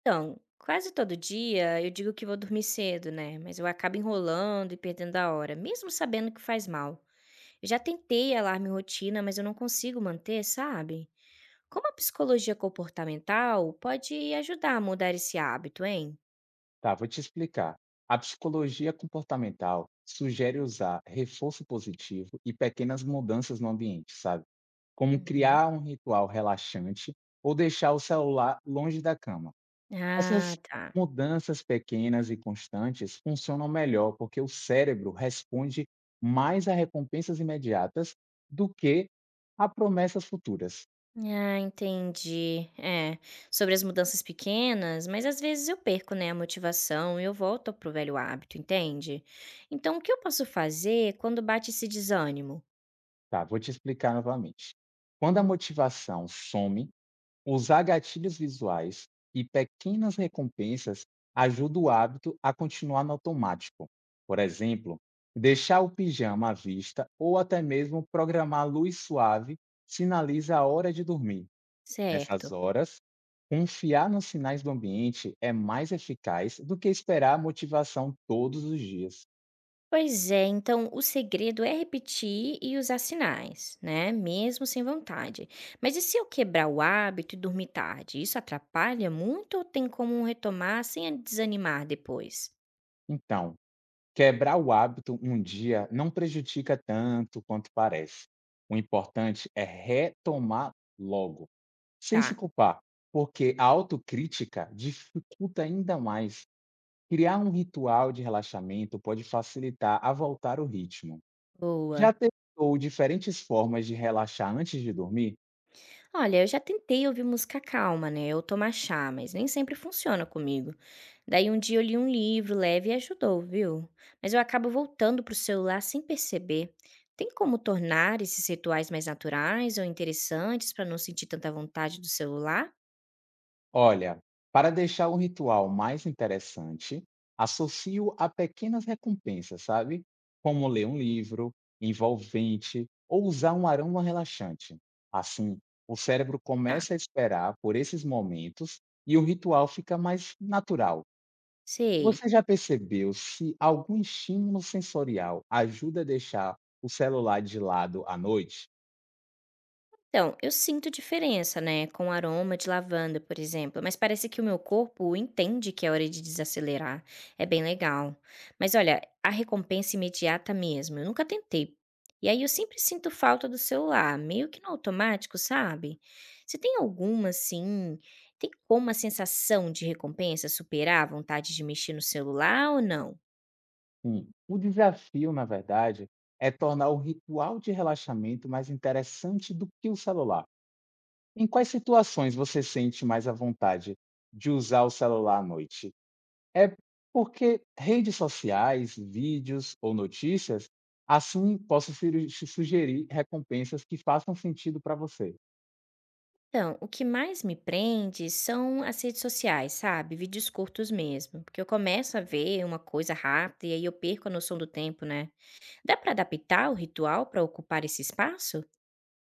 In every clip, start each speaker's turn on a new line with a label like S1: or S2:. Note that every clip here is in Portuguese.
S1: Então, quase todo dia eu digo que vou dormir cedo, né? Mas eu acabo enrolando e perdendo a hora, mesmo sabendo que faz mal. Eu já tentei alarme e rotina, mas eu não consigo manter, sabe? Como a psicologia comportamental pode ajudar a mudar esse hábito, hein?
S2: Tá, vou te explicar. A psicologia comportamental sugere usar reforço positivo e pequenas mudanças no ambiente, sabe? Como
S1: Uhum.
S2: criar um ritual relaxante ou deixar o celular longe da cama.
S1: Ah,
S2: Essas
S1: tá.
S2: mudanças pequenas e constantes funcionam melhor porque o cérebro responde mais a recompensas imediatas do que a promessas futuras.
S1: Ah, entendi. É, sobre as mudanças pequenas, mas às vezes eu perco, né, a motivação e eu volto pro velho hábito, entende? Então, o que eu posso fazer quando bate esse desânimo?
S2: Tá, vou te explicar novamente. Quando a motivação some, usar gatilhos visuais e pequenas recompensas ajuda o hábito a continuar no automático. Por exemplo, deixar o pijama à vista ou até mesmo programar luz suave sinaliza a hora de dormir. Nessas
S1: Certo.
S2: horas, confiar nos sinais do ambiente é mais eficaz do que esperar a motivação todos os dias.
S1: Pois é, então o segredo é repetir e usar sinais, né? Mesmo sem vontade. Mas e se eu quebrar o hábito e dormir tarde? Isso atrapalha muito ou tem como retomar sem desanimar depois?
S2: Então, quebrar o hábito um dia não prejudica tanto quanto parece. O importante é retomar logo. Sem
S1: Tá,
S2: se culpar, porque a autocrítica dificulta ainda mais. Criar um ritual de relaxamento pode facilitar a voltar ao ritmo.
S1: boa.
S2: Já testou diferentes formas de relaxar antes de dormir?
S1: Olha, eu já tentei ouvir música calma, né, ou tomar chá, mas nem sempre funciona comigo. Daí um dia eu li um livro leve e ajudou, viu? Mas eu acabo voltando pro celular sem perceber. Tem como tornar esses rituais mais naturais ou interessantes para não sentir tanta vontade do celular?
S2: Olha, para deixar o ritual mais interessante, associo a pequenas recompensas, sabe? Como ler um livro envolvente ou usar um aroma relaxante. Assim, o cérebro
S1: Tá,
S2: começa a esperar por esses momentos e o ritual fica mais natural.
S1: sei.
S2: Você já percebeu se algum estímulo sensorial ajuda a deixar o celular de lado à noite?
S1: Então, eu sinto diferença, né, com aroma de lavanda, por exemplo, mas parece que o meu corpo entende que é hora de desacelerar. É bem legal. Mas olha, a recompensa imediata mesmo, eu nunca tentei. E aí eu sempre sinto falta do celular, meio que no automático, sabe? Você tem alguma assim, tem como a sensação de recompensa superar a vontade de mexer no celular ou não?
S2: Sim, o desafio, na verdade, é tornar o ritual de relaxamento mais interessante do que o celular. Em quais situações você sente mais à vontade de usar o celular à noite? É porque redes sociais, vídeos ou notícias, assim posso te sugerir recompensas que façam sentido para você.
S1: Então, o que mais me prende são as redes sociais, sabe? Vídeos curtos mesmo, porque eu começo a ver uma coisa rápida e aí eu perco a noção do tempo, né? Dá pra adaptar o ritual pra ocupar esse espaço?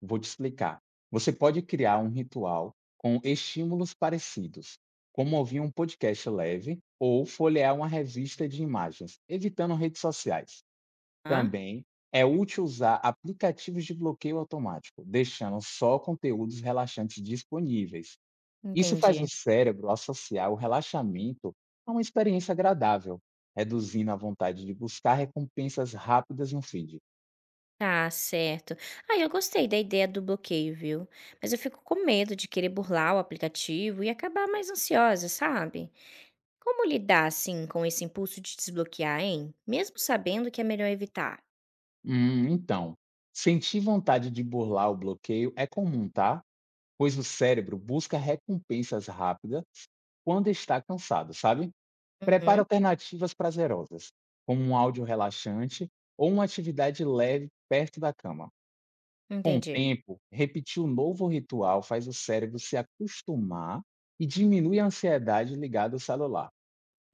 S2: Vou te explicar. Você pode criar um ritual com estímulos parecidos, como ouvir um podcast leve ou folhear uma revista de imagens, evitando redes sociais.
S1: Hã?
S2: Também é útil usar aplicativos de bloqueio automático, deixando só conteúdos relaxantes disponíveis. Isso faz
S1: Entendi.
S2: o cérebro associar o relaxamento a uma experiência agradável, reduzindo a vontade de buscar recompensas rápidas no feed.
S1: Tá certo. Ah, eu gostei da ideia do bloqueio, viu? Mas eu fico com medo de querer burlar o aplicativo e acabar mais ansiosa, sabe? Como lidar assim com esse impulso de desbloquear, hein? Mesmo sabendo que é melhor evitar.
S2: Então, sentir vontade de burlar o bloqueio é comum, tá? Pois o cérebro busca recompensas rápidas quando está cansado, sabe? Prepara
S1: Uhum,
S2: alternativas prazerosas, como um áudio relaxante ou uma atividade leve perto da cama. Com o
S1: entendi.
S2: tempo, repetir o novo ritual faz o cérebro se acostumar e diminui a ansiedade ligada ao celular.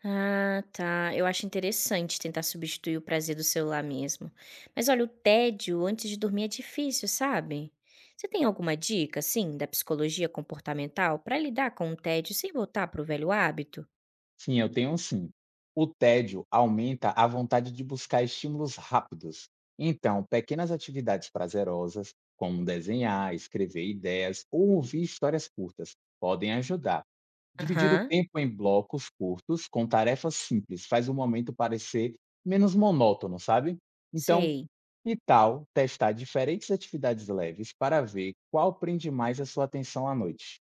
S1: Ah, tá. Eu acho interessante tentar substituir o prazer do celular mesmo. Mas olha, o tédio antes de dormir é difícil, sabe? Você tem alguma dica, assim, da psicologia comportamental para lidar com o tédio sem voltar para o velho hábito?
S2: Sim, eu tenho sim. O tédio aumenta a vontade de buscar estímulos rápidos. Então, pequenas atividades prazerosas, como desenhar, escrever ideias ou ouvir histórias curtas, podem ajudar. Dividir o
S1: Aham,
S2: tempo em blocos curtos com tarefas simples faz o momento parecer menos monótono, sabe? Então,
S1: sei.
S2: e tal testar diferentes atividades leves para ver qual prende mais a sua atenção à noite?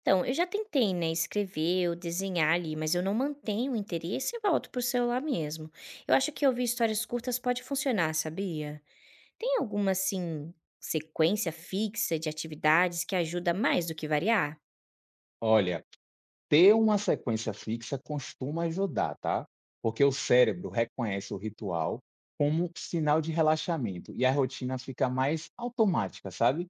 S1: Então, eu já tentei, né, escrever ou desenhar ali, mas eu não mantenho o interesse e volto pro celular mesmo. Eu acho que ouvir histórias curtas pode funcionar, sabia? Tem alguma, assim, sequência fixa de atividades que ajuda mais do que variar?
S2: Olha, ter uma sequência fixa costuma ajudar, tá? Porque o cérebro reconhece o ritual como sinal de relaxamento e a rotina fica mais automática, sabe?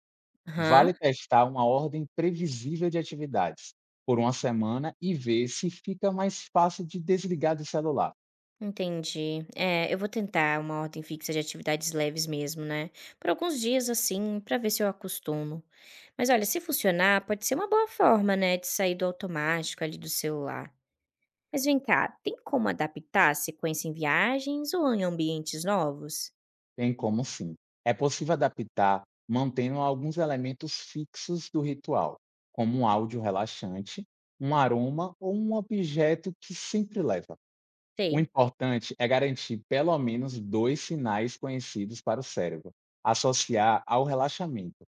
S2: Vale
S1: Aham,
S2: testar uma ordem previsível de atividades por uma semana e ver se fica mais fácil de desligar do celular.
S1: entendi. É, eu vou tentar uma ordem fixa de atividades leves mesmo, né? Por alguns dias assim, pra ver se eu acostumo. Mas olha, se funcionar, pode ser uma boa forma, né, de sair do automático ali do celular. Mas vem cá, tem como adaptar a sequência em viagens ou em ambientes novos?
S2: Tem como sim. É possível adaptar mantendo alguns elementos fixos do ritual, como um áudio relaxante, um aroma ou um objeto que sempre leva. O
S1: Sei,
S2: importante é garantir pelo menos 2 sinais conhecidos para o cérebro, associar ao relaxamento,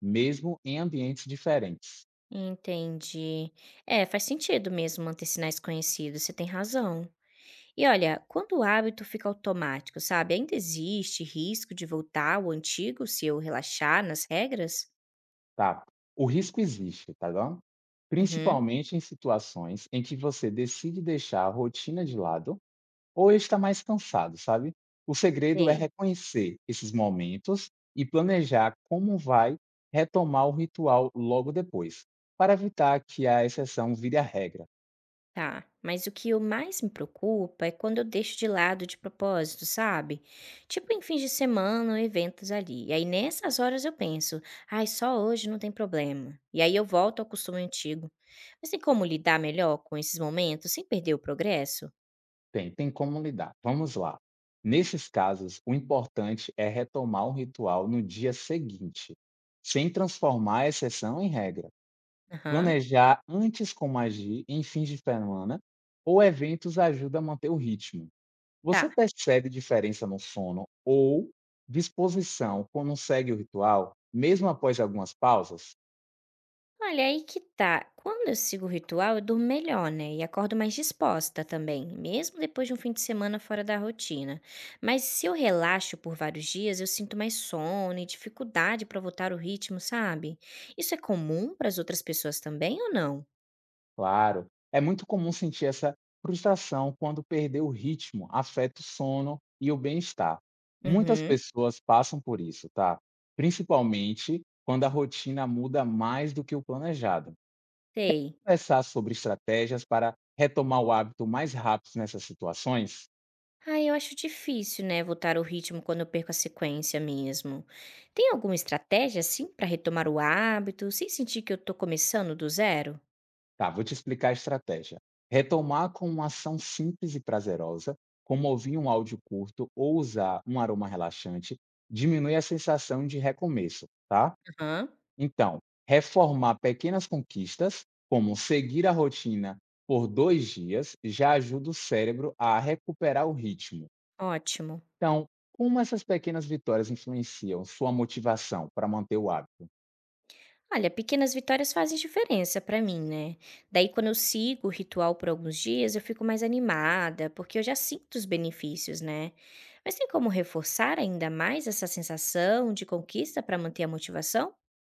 S2: mesmo em ambientes diferentes,
S1: entendi. É, faz sentido mesmo manter sinais conhecidos, você tem razão. E olha, quando o hábito fica automático, sabe, ainda existe risco de voltar ao antigo se eu relaxar nas regras?
S2: tá? O risco existe, tá bom?
S1: Uhum,
S2: Principalmente em situações em que você decide deixar a rotina de lado ou está mais cansado, sabe? O segredo é
S1: sei.
S2: reconhecer esses momentos e planejar como vai retomar o ritual logo depois, para evitar que a exceção vire a regra.
S1: Tá, mas o que eu mais me preocupa é quando eu deixo de lado de propósito, sabe? Tipo em fins de semana ou eventos ali. E aí nessas horas eu penso, ai, só hoje não tem problema. E aí eu volto ao costume antigo. Mas tem como lidar melhor com esses momentos sem perder o progresso?
S2: Tem, tem como lidar. Vamos lá. Nesses casos, o importante é retomar o ritual no dia seguinte, sem transformar a exceção em regra.
S1: Aham,
S2: Planejar antes como agir em fins de semana ou eventos ajuda a manter o ritmo. Você
S1: tá.
S2: percebe diferença no sono ou disposição quando segue o ritual, mesmo após algumas pausas?
S1: Olha, aí que tá. Quando eu sigo o ritual, eu durmo melhor, né? E acordo mais disposta também, mesmo depois de um fim de semana fora da rotina. Mas se eu relaxo por vários dias, eu sinto mais sono e dificuldade pra voltar o ritmo, sabe? Isso é comum pras outras pessoas também ou não?
S2: Claro, é muito comum sentir essa frustração quando perder o ritmo afeta o sono e o bem-estar. Muitas
S1: Uhum,
S2: pessoas passam por isso, tá? Principalmente quando a rotina muda mais do que o planejado.
S1: sei.
S2: Conversar sobre estratégias para retomar o hábito mais rápido nessas situações?
S1: Ah, eu acho difícil, né, voltar o ritmo quando eu perco a sequência mesmo. Tem alguma estratégia assim pra retomar o hábito, sem sentir que eu tô começando do zero?
S2: Tá, vou te explicar a estratégia. Retomar com uma ação simples e prazerosa, como ouvir um áudio curto ou usar um aroma relaxante, diminui a sensação de recomeço, tá?
S1: Aham,
S2: Então, reformar pequenas conquistas, como seguir a rotina por 2 dias, já ajuda o cérebro a recuperar o ritmo.
S1: ótimo.
S2: Então, como essas pequenas vitórias influenciam sua motivação para manter o hábito?
S1: Olha, pequenas vitórias fazem diferença pra mim, né? Daí, quando eu sigo o ritual por alguns dias, eu fico mais animada, porque eu já sinto os benefícios, né? Mas tem como reforçar ainda mais essa sensação de conquista pra manter a motivação?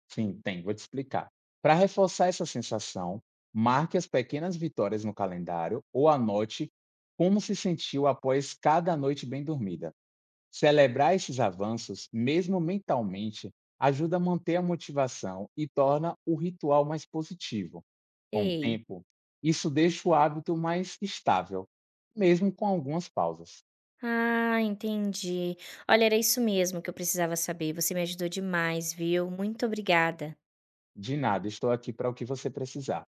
S2: Sim, tem, vou te explicar. Para reforçar essa sensação, marque as pequenas vitórias no calendário ou anote como se sentiu após cada noite bem dormida. Celebrar esses avanços, mesmo mentalmente, ajuda a manter a motivação e torna o ritual mais positivo. Com o
S1: Ei.
S2: tempo, isso deixa o hábito mais estável, mesmo com algumas pausas.
S1: Ah, entendi. Olha, era isso mesmo que eu precisava saber. Você me ajudou demais, viu? Muito obrigada.
S2: De nada, estou aqui para o que você precisar.